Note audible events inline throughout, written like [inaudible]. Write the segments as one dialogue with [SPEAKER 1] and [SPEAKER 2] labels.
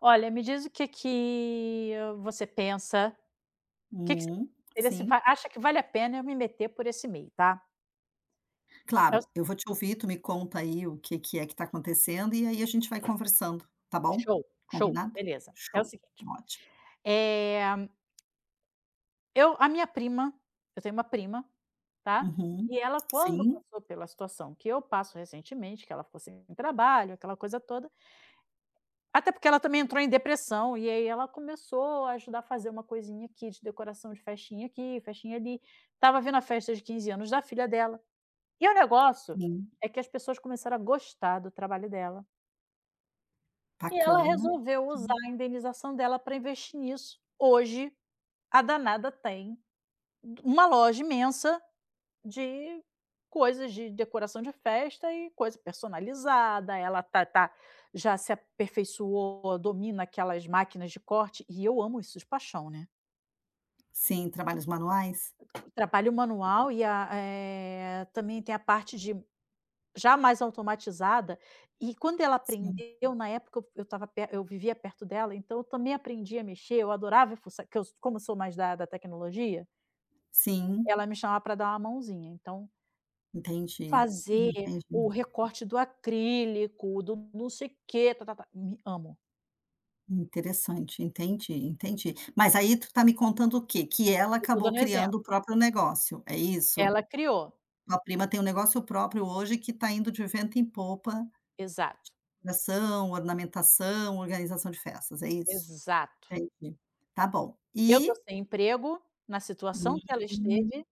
[SPEAKER 1] Olha, me diz o que que você pensa, o que que você
[SPEAKER 2] Hum,
[SPEAKER 1] teria se
[SPEAKER 2] sim,
[SPEAKER 1] va acha que vale a pena eu me meter por esse meio, tá. É o
[SPEAKER 2] claro, eu vou te ouvir, tu me conta aí o que que é que tá acontecendo e aí a gente vai conversando, tá bom?
[SPEAKER 1] show, show,
[SPEAKER 2] Combinado?
[SPEAKER 1] beleza. É o
[SPEAKER 2] Show,
[SPEAKER 1] seguinte,
[SPEAKER 2] então ótimo.
[SPEAKER 1] eh, eu a minha prima eu tenho uma prima, tá,
[SPEAKER 2] Uhum.
[SPEAKER 1] e ela quando
[SPEAKER 2] Sim,
[SPEAKER 1] passou pela situação que eu passo recentemente, que ela ficou sem trabalho, aquela coisa toda, até porque ela também entrou em depressão e aí ela começou a ajudar a fazer uma coisinha aqui de decoração de festinha aqui, festinha ali, estava vendo a festa de 15 anos da filha dela. E o negócio
[SPEAKER 2] sim,
[SPEAKER 1] é que as pessoas começaram a gostar do trabalho dela, e ela
[SPEAKER 2] bacana.
[SPEAKER 1] resolveu usar
[SPEAKER 2] Sim.
[SPEAKER 1] a indenização dela para investir nisso. Hoje, a danada tem uma loja imensa de coisas de decoração de festa e coisa personalizada, ela tá já se aperfeiçoou, domina aquelas máquinas de corte, e eu amo isso de paixão, né.
[SPEAKER 2] Sim, trabalhos manuais?
[SPEAKER 1] O trabalho manual e também tem a parte de já mais automatizada, e quando ela
[SPEAKER 2] Sim.
[SPEAKER 1] aprendeu, na época eu estava pe eu vivia perto dela, então eu também aprendi a mexer, eu adorava fuçar, que eu como eu sou mais da tecnologia,
[SPEAKER 2] Sim,
[SPEAKER 1] ela me chamava para dar uma mãozinha, então
[SPEAKER 2] entendi,
[SPEAKER 1] fazer o
[SPEAKER 2] entendi.
[SPEAKER 1] recorte do acrílico, do não sei o quê, tá-tá-tá, me amo,
[SPEAKER 2] Interessante, entendi, entendi. Mas aí tu tá me contando o quê? Que ela
[SPEAKER 1] eu tô
[SPEAKER 2] acabou
[SPEAKER 1] dando um exemplo.
[SPEAKER 2] criando o próprio negócio, é isso?
[SPEAKER 1] Ela criou,
[SPEAKER 2] Tua prima tem um negócio próprio hoje que tá indo de vento em popa.
[SPEAKER 1] exato,
[SPEAKER 2] Decoração, ornamentação, organização de festas, é isso?
[SPEAKER 1] exato.
[SPEAKER 2] Entendi. Tá bom.
[SPEAKER 1] Eu
[SPEAKER 2] E
[SPEAKER 1] tô sem emprego, na situação que ela
[SPEAKER 2] hum,
[SPEAKER 1] esteve,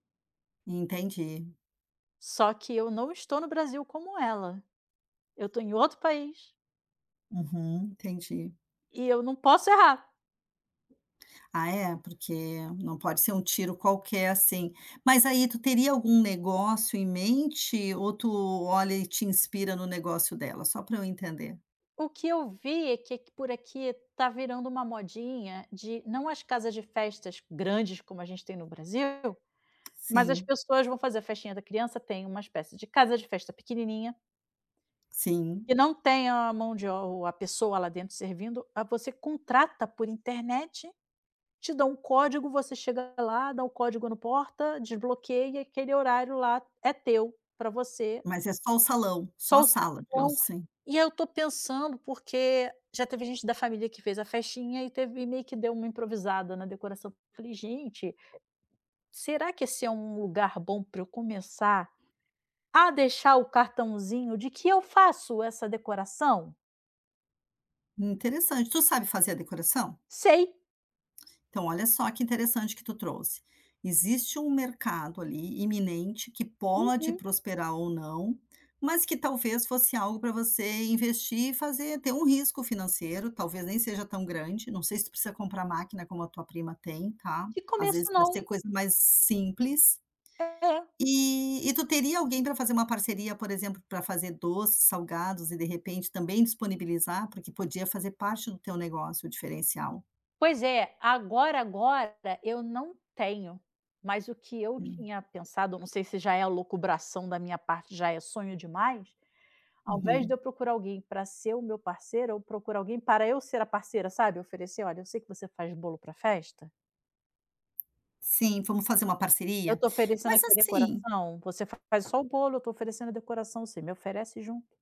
[SPEAKER 2] entendi.
[SPEAKER 1] só que eu não estou no Brasil como ela, eu tô em outro país.
[SPEAKER 2] Uhum, entendi.
[SPEAKER 1] E eu não posso errar.
[SPEAKER 2] Ah, é? Porque não pode ser um tiro qualquer, assim. Mas aí tu teria algum negócio em mente ou tu olha e te inspira no negócio dela? Só para eu entender.
[SPEAKER 1] O que eu vi é que aqui por aqui está virando uma modinha de não as casas de festas grandes como a gente tem no Brasil, mas as
[SPEAKER 2] Sim,
[SPEAKER 1] pessoas vão fazer a festinha da criança, tem uma espécie de casa de festa pequenininha,
[SPEAKER 2] sim.
[SPEAKER 1] que não tem a mão de o a pessoa lá dentro servindo, ah, você contrata por internet, te dá um código, você chega lá, dá o código no porta, desbloqueia, aquele horário lá é teu, para você.
[SPEAKER 2] Mas é só o salão, só a
[SPEAKER 1] Só o
[SPEAKER 2] sala, digamos
[SPEAKER 1] sabão.
[SPEAKER 2] assim.
[SPEAKER 1] E aí eu tô pensando, porque já teve gente da família que fez a festinha e teve meio que deu uma improvisada na decoração. Falei: "Gente, será que esse é um lugar bom para eu começar a deixar o cartãozinho de que eu faço essa decoração?"
[SPEAKER 2] Interessante. Tu sabe fazer a decoração?
[SPEAKER 1] Sei.
[SPEAKER 2] Então, olha só que interessante que tu trouxe. Existe um mercado ali iminente que pode
[SPEAKER 1] Uhum.
[SPEAKER 2] prosperar ou não, mas que talvez fosse algo para você investir e fazer, ter um risco financeiro, talvez nem seja tão grande. Não sei se tu precisa comprar máquina como a tua prima tem, tá?
[SPEAKER 1] "Que
[SPEAKER 2] Às
[SPEAKER 1] começo
[SPEAKER 2] vezes pode
[SPEAKER 1] não".
[SPEAKER 2] ser coisa mais simples.
[SPEAKER 1] É.
[SPEAKER 2] E tu teria alguém para fazer uma parceria, por exemplo, para fazer doces, salgados e de repente também disponibilizar, porque podia fazer parte do teu negócio, o diferencial.
[SPEAKER 1] Pois é, agora eu não tenho, mas o que eu
[SPEAKER 2] Hum,
[SPEAKER 1] tinha pensado, não sei se já é alocubração da minha parte, já é sonho demais, ao invés
[SPEAKER 2] Uhum.
[SPEAKER 1] de eu procurar alguém para ser o meu parceiro, eu procuro alguém para eu ser a parceira, sabe, oferecer: "Olha, eu sei que você faz bolo para festa,
[SPEAKER 2] Sim, vamos fazer uma
[SPEAKER 1] eu
[SPEAKER 2] parceria?
[SPEAKER 1] estou oferecendo
[SPEAKER 2] Mas
[SPEAKER 1] aqui a
[SPEAKER 2] assim.
[SPEAKER 1] decoração, você faz só o bolo, eu estou oferecendo a decoração, você me oferece junto".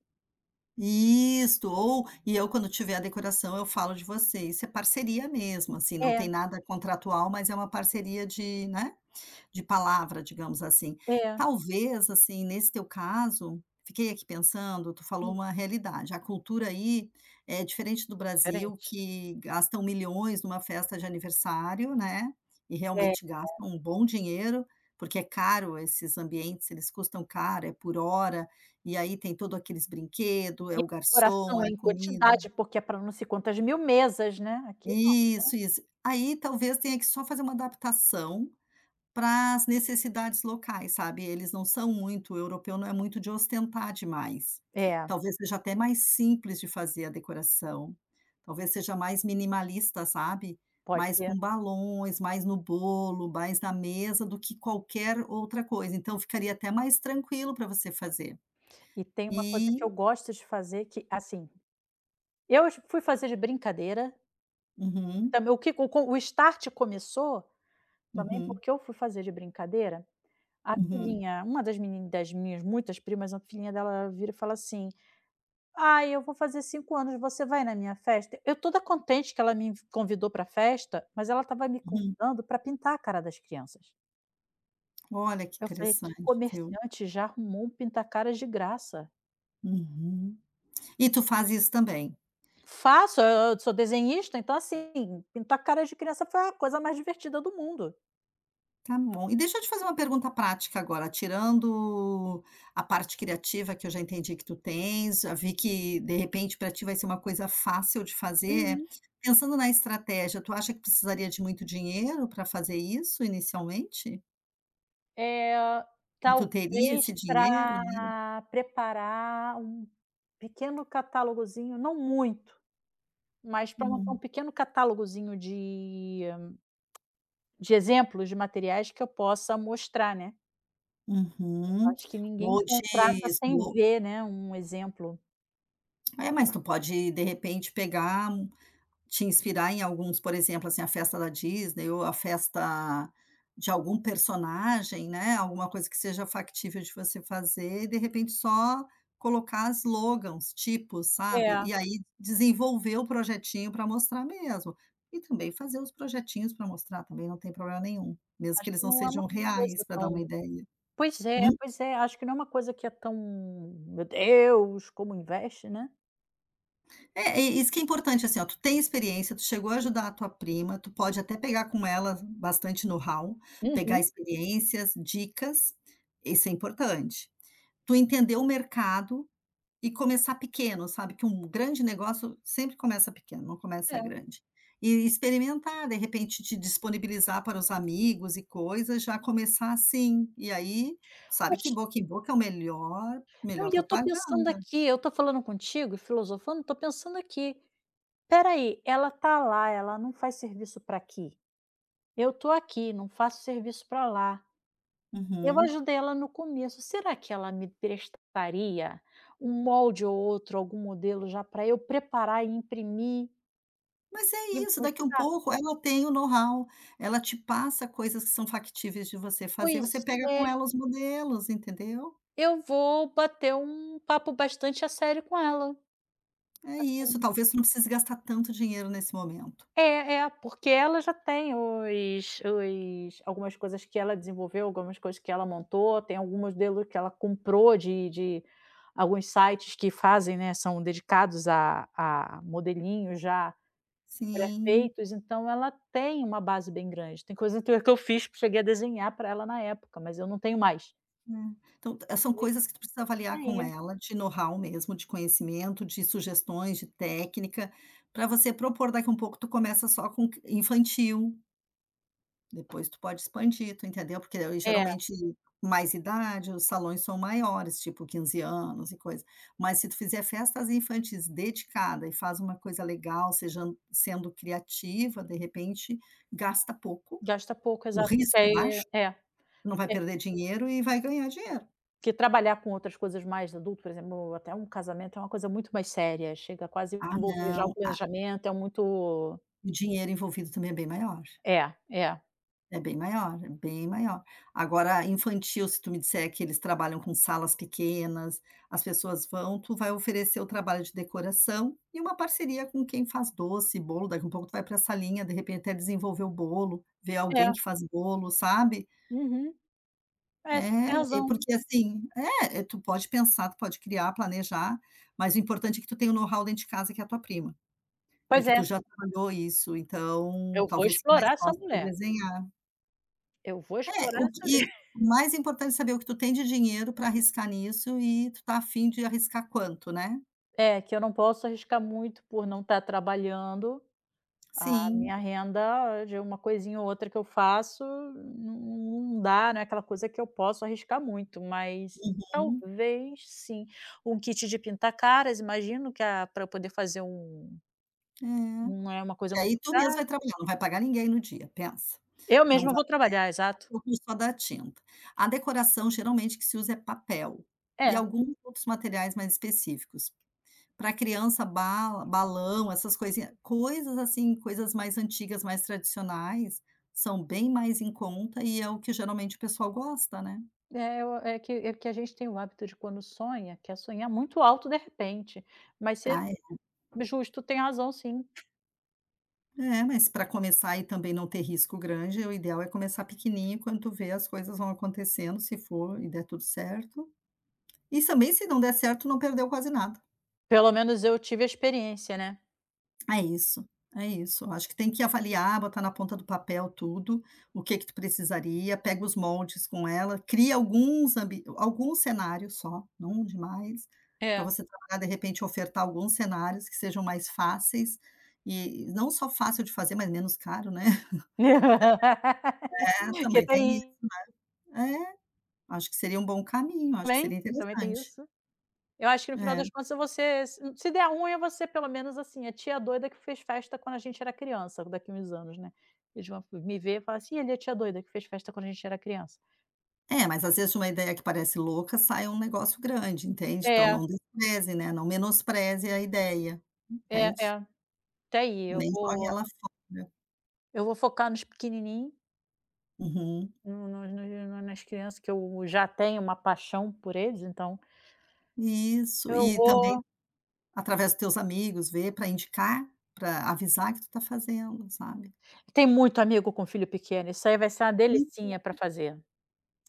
[SPEAKER 2] Isto, ou e eu quando tiver a decoração eu falo de você, isso é parceria mesmo, assim, não
[SPEAKER 1] É,
[SPEAKER 2] tem nada contratual, mas é uma parceria de, né, de palavra, digamos assim.
[SPEAKER 1] é.
[SPEAKER 2] Talvez, assim, nesse teu caso, fiquei aqui pensando, tu falou
[SPEAKER 1] Hum,
[SPEAKER 2] uma realidade, a cultura aí é diferente do
[SPEAKER 1] é
[SPEAKER 2] Brasil,
[SPEAKER 1] diferente.
[SPEAKER 2] que gastam milhões numa festa de aniversário, né, e
[SPEAKER 1] É,
[SPEAKER 2] realmente gastam um bom dinheiro, porque é caro esses ambientes, eles custam caro, é por hora, e aí tem todo aqueles brinquedo, é
[SPEAKER 1] e
[SPEAKER 2] o
[SPEAKER 1] a
[SPEAKER 2] garçom,
[SPEAKER 1] decoração
[SPEAKER 2] é
[SPEAKER 1] é
[SPEAKER 2] a
[SPEAKER 1] em
[SPEAKER 2] comida.
[SPEAKER 1] quantidade, porque é para não sei quantas mil mesas, né, aqui não.
[SPEAKER 2] Isso, isso. Aí talvez tenha que só fazer uma adaptação para as necessidades locais, sabe, eles não são muito o europeu não é muito de ostentar demais.
[SPEAKER 1] É.
[SPEAKER 2] Talvez seja até mais simples de fazer a decoração, talvez seja mais minimalista, sabe,
[SPEAKER 1] Pode
[SPEAKER 2] mais
[SPEAKER 1] ser.
[SPEAKER 2] com balões, mais no bolo, mais na mesa do que qualquer outra coisa, então ficaria até mais tranquilo para você fazer.
[SPEAKER 1] E tem uma coisa que
[SPEAKER 2] E.
[SPEAKER 1] eu gosto de fazer que, assim, eu j fui fazer de brincadeira,
[SPEAKER 2] Uhum,
[SPEAKER 1] também o que o start começou também
[SPEAKER 2] uhum,
[SPEAKER 1] porque eu fui fazer de brincadeira. A
[SPEAKER 2] uhum,
[SPEAKER 1] filhinha uma das meni das minhas muitas primas, a filhinha dela vira e fala assim: "Ai, eu vou fazer 5 anos, você vai na minha festa?" Eu toda contente que ela me inv convidou pra festa, mas ela estava me
[SPEAKER 2] uhum.
[SPEAKER 1] convidando para pintar a cara das crianças.
[SPEAKER 2] Olha que
[SPEAKER 1] Eu falei: "Que
[SPEAKER 2] interessante, viu.
[SPEAKER 1] comerciante já arrumou um pinta-caras de graça?"
[SPEAKER 2] Uhum. E tu faz isso também?
[SPEAKER 1] Faço, eu sou desenhista, então, assim, pintar caras de criança foi a coisa mais divertida do mundo.
[SPEAKER 2] Tá bom. E deixa eu te fazer uma pergunta prática agora, tirando a parte criativa que eu já entendi que tu tens, já vi que de repente para ti vai ser uma coisa fácil de fazer. É,
[SPEAKER 1] Uhum.
[SPEAKER 2] pensando na estratégia, tu acha que precisaria de muito dinheiro para fazer isso inicialmente?
[SPEAKER 1] Eh,
[SPEAKER 2] E tu teria
[SPEAKER 1] Talvez
[SPEAKER 2] esse dinheiro, né?
[SPEAKER 1] pra preparar um pequeno catálogozinho, não muito, mas pra montar um
[SPEAKER 2] Hum,
[SPEAKER 1] pequeno catálogozinho de exemplos de materiais que eu possa mostrar, né. Eu
[SPEAKER 2] uhum.
[SPEAKER 1] acho que ninguém
[SPEAKER 2] Ou de
[SPEAKER 1] contrata sem
[SPEAKER 2] esmo
[SPEAKER 1] ver, né, um exemplo.
[SPEAKER 2] é, mas tu pode de repente pegar, te inspirar em alguns, por exemplo, assim, a festa da Disney ou a festa de algum personagem, né, alguma coisa que seja factível de você fazer e de repente só colocar slogans, tipos, sabe,
[SPEAKER 1] É,
[SPEAKER 2] e aí desenvolver o projetinho para mostrar mesmo. E também fazer os projetinhos para mostrar também não tem problema nenhum, mesmo que
[SPEAKER 1] acho
[SPEAKER 2] eles
[SPEAKER 1] que
[SPEAKER 2] não
[SPEAKER 1] não é uma
[SPEAKER 2] sejam reais,
[SPEAKER 1] coisa
[SPEAKER 2] para dar uma
[SPEAKER 1] tão.
[SPEAKER 2] ideia.
[SPEAKER 1] Pois é, acho que não é uma coisa que é tão: "Meu Deus, como investe", né.
[SPEAKER 2] É, e isso que é importante, assim, ó, tu tem experiência, tu chegou a ajudar a tua prima, tu pode até pegar com ela bastante know-how, pegar
[SPEAKER 1] Uhum.
[SPEAKER 2] experiências, dicas, isso é importante. Tu entender o mercado e começar pequeno, sabe, que um grande negócio sempre começa pequeno, não começa
[SPEAKER 1] É.
[SPEAKER 2] grande. E experimentar, de repente, te disponibilizar para os amigos e coisas, já começar assim, e aí, sabe que
[SPEAKER 1] Poxa,
[SPEAKER 2] boca em boca é o melhor
[SPEAKER 1] não,
[SPEAKER 2] melhor
[SPEAKER 1] e eu tô pensando
[SPEAKER 2] propaganda.
[SPEAKER 1] aqui, eu tô falando contigo e filosofando, tô pensando aqui: "Espera aí, ela tá lá, ela não faz serviço para aqui. Eu tô aqui, não faço serviço para lá. Eu
[SPEAKER 2] Uhum.
[SPEAKER 1] ajudei ela no começo, será que ela me prestaria um molde ou outro, algum modelo já para eu preparar e imprimir
[SPEAKER 2] Mas é
[SPEAKER 1] e
[SPEAKER 2] isso, daqui um
[SPEAKER 1] mostrar?"
[SPEAKER 2] pouco ela tem o know-how, ela te passa coisas que são factíveis de você fazer,
[SPEAKER 1] Pois
[SPEAKER 2] você pega
[SPEAKER 1] é.
[SPEAKER 2] com ela os modelos, entendeu?
[SPEAKER 1] Eu vou bater um papo bastante a sério com ela,
[SPEAKER 2] É isso,
[SPEAKER 1] assim
[SPEAKER 2] talvez tu não precise gastar tanto dinheiro nesse momento.
[SPEAKER 1] é, é, porque ela já tem os algumas coisas que ela desenvolveu, algumas coisas que ela montou, tem algum modelo que ela comprou de alguns sites que fazem, né, são dedicados a modelinhos já
[SPEAKER 2] Sim,
[SPEAKER 1] pré-feitos, então ela tem uma base bem grande. Tem coisa que eu fiz, cheguei a desenhar pra ela na época, mas eu não tenho mais.
[SPEAKER 2] é. Então, são
[SPEAKER 1] É isso
[SPEAKER 2] coisas que tu precisa avaliar com
[SPEAKER 1] aí.
[SPEAKER 2] ela, de know-how mesmo, de conhecimento, de sugestões, de técnica, para você propor daqui um pouco tu começa só com infantil. Depois tu pode expandir, tu entendeu? Porque aí
[SPEAKER 1] É,
[SPEAKER 2] geralmente mais idade, os salões são maiores, tipo 15 anos e coisa. Mas se tu fizer festas infantis dedicada e faz uma coisa legal, seja sendo criativa, de repente gasta pouco,
[SPEAKER 1] gasta pouco,
[SPEAKER 2] o
[SPEAKER 1] exato.
[SPEAKER 2] risco é baixo,
[SPEAKER 1] É, é.
[SPEAKER 2] não vai perder dinheiro e vai ganhar dinheiro.
[SPEAKER 1] Porque trabalhar com outras coisas mais adulto, por exemplo, até um casamento é uma coisa muito mais séria, chega quase
[SPEAKER 2] Ah
[SPEAKER 1] a envolver já o
[SPEAKER 2] não, a
[SPEAKER 1] planejamento, é muito.
[SPEAKER 2] o dinheiro envolvido também é bem maior.
[SPEAKER 1] É, é,
[SPEAKER 2] É bem maior, é bem maior. Agora infantil, se tu me disser que eles trabalham com salas pequenas, as pessoas vão, tu vai oferecer o trabalho de decoração e uma parceria com quem faz doce, bolo, daqui a pouco tu vai para essa linha, de repente até desenvolver o bolo, ver alguém
[SPEAKER 1] é.
[SPEAKER 2] que faz bolo, sabe.
[SPEAKER 1] Uhum. É, você tem
[SPEAKER 2] É, é
[SPEAKER 1] razão.
[SPEAKER 2] porque assim é, é, tu pode pensar, tu pode criar, planejar, mas o importante é que tu tenha o know-how dentro de casa que é a tua prima, e
[SPEAKER 1] Pois
[SPEAKER 2] que
[SPEAKER 1] é,
[SPEAKER 2] tu já trabalhou isso, então
[SPEAKER 1] eu vou
[SPEAKER 2] talvez fique mais
[SPEAKER 1] explorar essa
[SPEAKER 2] fácil tu
[SPEAKER 1] mulher,
[SPEAKER 2] desenhar.
[SPEAKER 1] eu vou
[SPEAKER 2] É,
[SPEAKER 1] explorar
[SPEAKER 2] o
[SPEAKER 1] essa
[SPEAKER 2] que
[SPEAKER 1] [laughs]
[SPEAKER 2] o mais importante é saber o que tu tem de dinheiro para arriscar nisso e tu tá afim de arriscar quanto, né.
[SPEAKER 1] É, que eu não posso arriscar muito por não estar trabalhando. A
[SPEAKER 2] Sim,
[SPEAKER 1] minha renda de uma coisinha ou outra que eu faço, não dá, não é aquela coisa que eu posso arriscar muito, mas
[SPEAKER 2] sim,
[SPEAKER 1] talvez sim. Um kit de pintar caras, imagino que a pra eu poder fazer.
[SPEAKER 2] é.
[SPEAKER 1] Não é uma coisa
[SPEAKER 2] Que aí
[SPEAKER 1] muito
[SPEAKER 2] tu mesmo
[SPEAKER 1] cara.
[SPEAKER 2] vai trabalhar, não vai pagar ninguém no dia, pensa.
[SPEAKER 1] Eu
[SPEAKER 2] Não
[SPEAKER 1] mesma
[SPEAKER 2] vai
[SPEAKER 1] vou trabalhar, exato.
[SPEAKER 2] ter o custo só da tinta. A decoração geralmente que se usa é papel e
[SPEAKER 1] É,
[SPEAKER 2] alguns outros materiais mais específicos. Para criança, bala balão, essas coisinha coisas assim, coisas mais antigas, mais tradicionais, são bem mais em conta e é o que geralmente o pessoal gosta, né.
[SPEAKER 1] é eu é que a gente tem o hábito de quando sonha, quer sonhar muito alto de repente, mas você
[SPEAKER 2] Ah,
[SPEAKER 1] justo, tem razão sim.
[SPEAKER 2] é, mas para começar e também não ter risco grande, o ideal é começar pequenininho, quando tu vê as coisas vão acontecendo, se for e der tudo certo. E também se não der certo, não perdeu quase nada.
[SPEAKER 1] Pelo menos eu tive a experiência, né.
[SPEAKER 2] É isso, é isso. Acho que tem que avaliar, botar na ponta do papel tudo, o que que tu precisaria, pega os moldes com ela, cria alguns cenários só, não demais, para
[SPEAKER 1] É.
[SPEAKER 2] você trabalhar, de repente, ofertar alguns cenários que sejam mais fáceis, e não só fácil de fazer, mas menos caro, né. [laughs]
[SPEAKER 1] [laughs]
[SPEAKER 2] É,
[SPEAKER 1] Porque
[SPEAKER 2] também tem isso.
[SPEAKER 1] tem
[SPEAKER 2] É. Acho que seria um bom caminho, acho que
[SPEAKER 1] Também,
[SPEAKER 2] seria
[SPEAKER 1] também tem
[SPEAKER 2] interessante.
[SPEAKER 1] isso. Eu acho que no final
[SPEAKER 2] É.
[SPEAKER 1] das contas você se der ruim é você pelo menos, assim, a tia doida que fez festa quando a gente era criança, daqui uns anos, né. Eles vão me ver e falar assim: "Ih, ali a tia doida que fez festa quando a gente era criança".
[SPEAKER 2] É, mas às vezes de uma ideia que parece louca sai um negócio grande, entende? Então
[SPEAKER 1] É,
[SPEAKER 2] não despreze, né, não menospreze a ideia,
[SPEAKER 1] é,
[SPEAKER 2] entende?
[SPEAKER 1] é, até aí, eu
[SPEAKER 2] Nem jogue
[SPEAKER 1] vou
[SPEAKER 2] ela fora.
[SPEAKER 1] eu vou focar nos pequenininhos,
[SPEAKER 2] Uhum.
[SPEAKER 1] no no no nas crianças que eu já tenho uma paixão por eles, então
[SPEAKER 2] Isso,
[SPEAKER 1] eu
[SPEAKER 2] e também
[SPEAKER 1] vou
[SPEAKER 2] através dos teus amigos ver para indicar, para avisar que tu tá fazendo, sabe.
[SPEAKER 1] tem muito amigo com filho pequeno, isso aí vai ser uma
[SPEAKER 2] Hum,
[SPEAKER 1] delicinha pra fazer.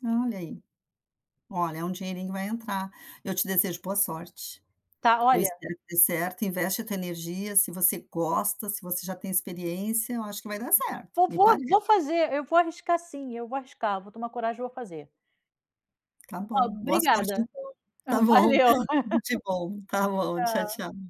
[SPEAKER 2] Olha aí, olha, é um dinheirinho que vai entrar. Eu te desejo boa sorte.
[SPEAKER 1] Tá,
[SPEAKER 2] Eu
[SPEAKER 1] olha.
[SPEAKER 2] espero que dê certo, investe a tua energia, se você gosta, se você já tem experiência, eu acho que vai dar certo,
[SPEAKER 1] Vou
[SPEAKER 2] me
[SPEAKER 1] vou vou
[SPEAKER 2] parece.
[SPEAKER 1] fazer, eu vou arriscar sim, eu vou arriscar, vou tomar coragem e vou fazer.
[SPEAKER 2] Tá
[SPEAKER 1] Ó,
[SPEAKER 2] bom, boa sorte
[SPEAKER 1] obrigada.
[SPEAKER 2] então. Tá
[SPEAKER 1] [laughs]
[SPEAKER 2] bom,
[SPEAKER 1] Valeu.
[SPEAKER 2] [laughs] tudo de bom. Tá bom, tchau,
[SPEAKER 1] Tchau.
[SPEAKER 2] tchau.